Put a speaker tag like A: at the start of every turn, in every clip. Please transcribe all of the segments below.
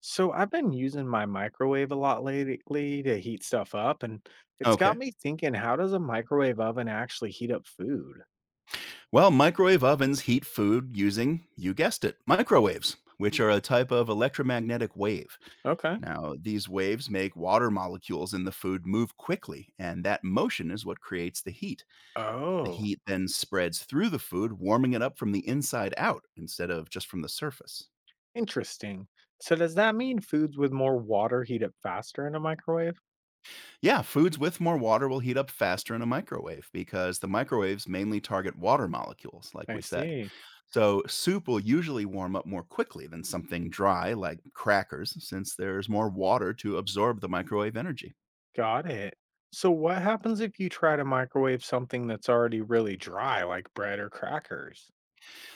A: So I've been using my microwave a lot lately to heat stuff up, and it's got
B: Okay.
A: me thinking, how does a microwave oven actually heat up food?
B: Well, microwave ovens heat food using, you guessed it, microwaves, which are a type of electromagnetic wave.
A: Okay.
B: Now, these waves make water molecules in the food move quickly, and that motion is what creates the heat. The
A: Oh,
B: heat then spreads through the food, warming it up from the inside out instead of just from the surface.
A: interesting. So does that mean foods with more water heat up faster in a microwave?
B: Yeah, foods with more water will heat up faster in a microwave because the microwaves mainly target water molecules, like
A: I
B: we said.
A: see.
B: So, soup will usually warm up more quickly than something dry like crackers, since there's more water to absorb the microwave energy.
A: Got it. So what happens if you try to microwave something that's already really dry, like bread or crackers?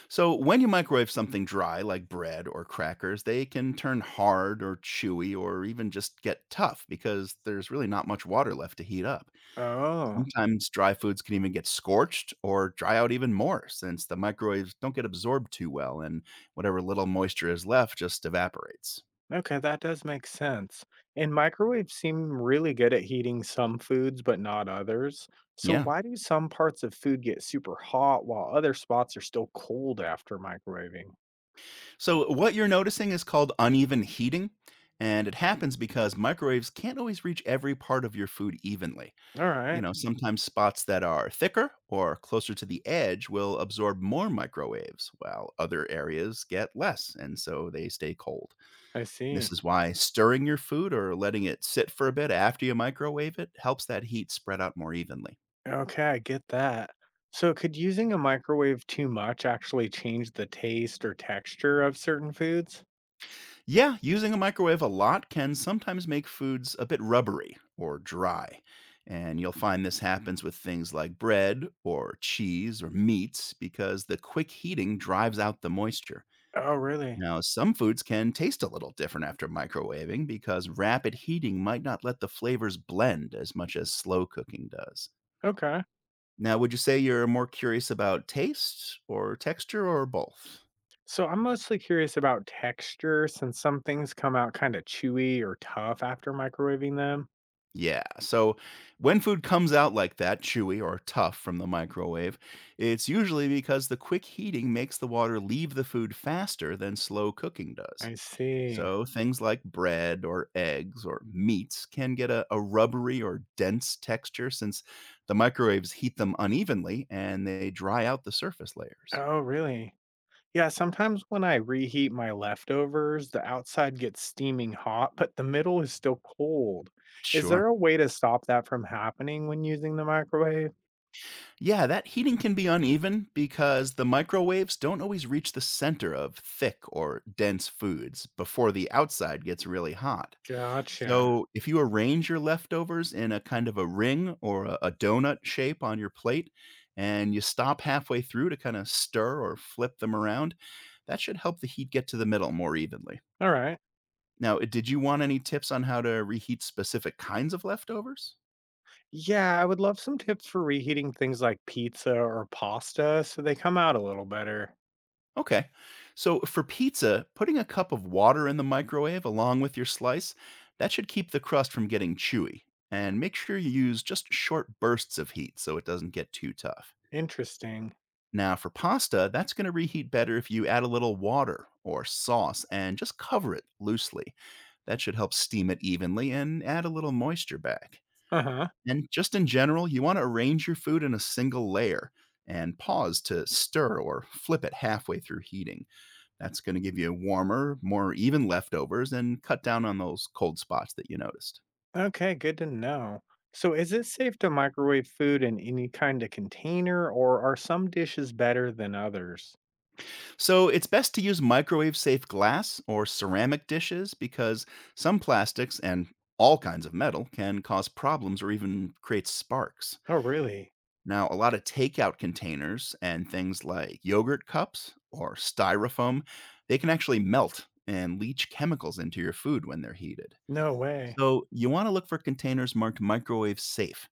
B: So, when you microwave something dry like bread or crackers, they can turn hard or chewy or even just get tough because there's really not much water left to heat up.
A: Oh.
B: Sometimes dry foods can even get scorched or dry out even more since the microwaves don't get absorbed too well and whatever little moisture is left just evaporates.
A: Okay, that does make sense. And microwaves seem really good at heating some foods, but not others. So,
B: Yeah.
A: why do some parts of food get super hot while other spots are still cold after microwaving?
B: So, what you're noticing is called uneven heating, and it happens because microwaves can't always reach every part of your food evenly.
A: All
B: You
A: right.
B: know, sometimes spots that are thicker or closer to the edge will absorb more microwaves, while other areas get less, and so they stay cold.
A: I
B: This
A: see.
B: is why stirring your food or letting it sit for a bit after you microwave it helps that heat spread out more evenly.
A: Okay, I get that. So, could using a microwave too much actually change the taste or texture of certain foods?
B: Yeah, using a microwave a lot can sometimes make foods a bit rubbery or dry. And you'll find this happens with things like bread or cheese or meats because the quick heating drives out the moisture.
A: Oh, really?
B: Now, some foods can taste a little different after microwaving because rapid heating might not let the flavors blend as much as slow cooking does.
A: Okay.
B: Now, would you say you're more curious about taste or texture or both?
A: So, I'm mostly curious about texture since some things come out kind of chewy or tough after microwaving them.
B: Yeah, so when food comes out like that, chewy or tough from the microwave, it's usually because the quick heating makes the water leave the food faster than slow cooking does.
A: I see.
B: So things like bread or eggs or meats can get a rubbery or dense texture since the microwaves heat them unevenly and they dry out the surface layers.
A: Oh, really? Yeah, sometimes when I reheat my leftovers, the outside gets steaming hot, but the middle is still cold. Is
B: Sure.
A: there a way to stop that from happening when using the microwave?
B: Yeah, that heating can be uneven because the microwaves don't always reach the center of thick or dense foods before the outside gets really hot.
A: Gotcha.
B: So, if you arrange your leftovers in a kind of a ring or a donut shape on your plate and you stop halfway through to kind of stir or flip them around, that should help the heat get to the middle more evenly.
A: All right.
B: Now, did you want any tips on how to reheat specific kinds of leftovers?
A: Yeah, I would love some tips for reheating things like pizza or pasta so they come out a little better.
B: Okay. So for pizza, putting a cup of water in the microwave along with your slice, that should keep the crust from getting chewy. And make sure you use just short bursts of heat so it doesn't get too tough.
A: Interesting.
B: Now for pasta, that's going to reheat better if you add a little water or sauce and just cover it loosely. That should help steam it evenly and add a little moisture back.
A: Uh huh.
B: And just in general, you want to arrange your food in a single layer and pause to stir or flip it halfway through heating. That's going to give you warmer, more even leftovers and cut down on those cold spots that you noticed.
A: Okay, good to know. So, is it safe to microwave food in any kind of container, or are some dishes better than others?
B: So, it's best to use microwave safe glass or ceramic dishes because some plastics and all kinds of metal can cause problems or even create sparks.
A: Oh, really?
B: Now, a lot of takeout containers and things like yogurt cups or styrofoam, they can actually melt and leach chemicals into your food when they're heated.
A: No way.
B: So, you want to look for containers marked microwave safe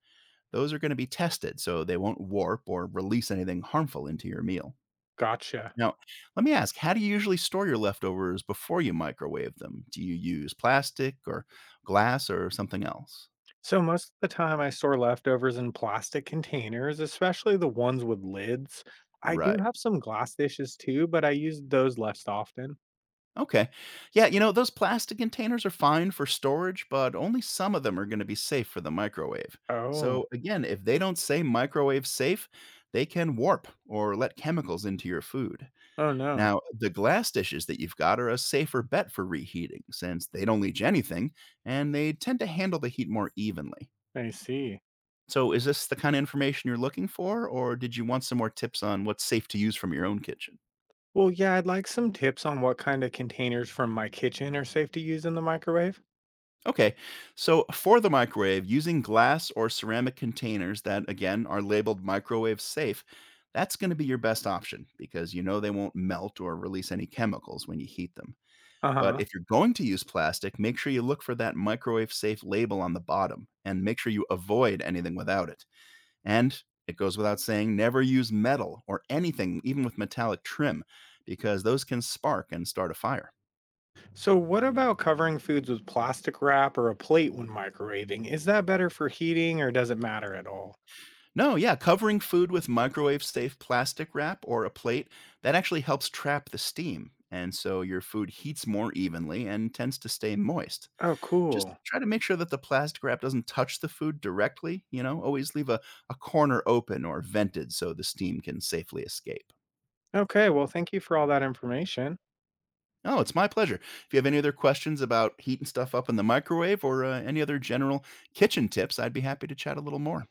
B: those are going to be tested so they won't warp or release anything harmful into your meal.
A: Gotcha.
B: Now, let me ask, how do you usually store your leftovers before you microwave them? Do you use plastic or glass or something else?
A: So, most of the time I store leftovers in plastic containers, especially the ones with lids. I do
B: Right.
A: have some glass dishes too, but I use those less often.
B: Okay. Yeah, you know, those plastic containers are fine for storage, but only some of them are going to be safe for the microwave.
A: Oh,
B: So, again, if they don't say microwave safe, they can warp or let chemicals into your food.
A: oh no.
B: Now, the glass dishes that you've got are a safer bet for reheating since they don't leach anything and they tend to handle the heat more evenly.
A: I see.
B: So, is this the kind of information you're looking for, or did you want some more tips on what's safe to use from your own kitchen?
A: Well, yeah, I'd like some tips on what kind of containers from my kitchen are safe to use in the microwave.
B: Okay, so for the microwave, using glass or ceramic containers that, again, are labeled microwave safe, that's going to be your best option because you know they won't melt or release any chemicals when you heat them.
A: Uh
B: But
A: huh.
B: if you're going to use plastic, make sure you look for that microwave safe label on the bottom and make sure you avoid anything without it. And it goes without saying, never use metal or anything, even with metallic trim, because those can spark and start a fire.
A: So, what about covering foods with plastic wrap or a plate when microwaving? Is that better for heating or does it matter at all?
B: No, yeah, covering food with microwave safe plastic wrap or a plate, that actually helps trap the steam. And so your food heats more evenly and tends to stay moist.
A: Oh,
B: Just
A: cool.
B: try to make sure that the plastic wrap doesn't touch the food directly, you know? Always leave a corner open or vented so the steam can safely escape.
A: Okay, well, thank you for all that information.
B: Oh, it's my pleasure. If you have any other questions about heating stuff up in the microwave or any other general kitchen tips, I'd be happy to chat a little more.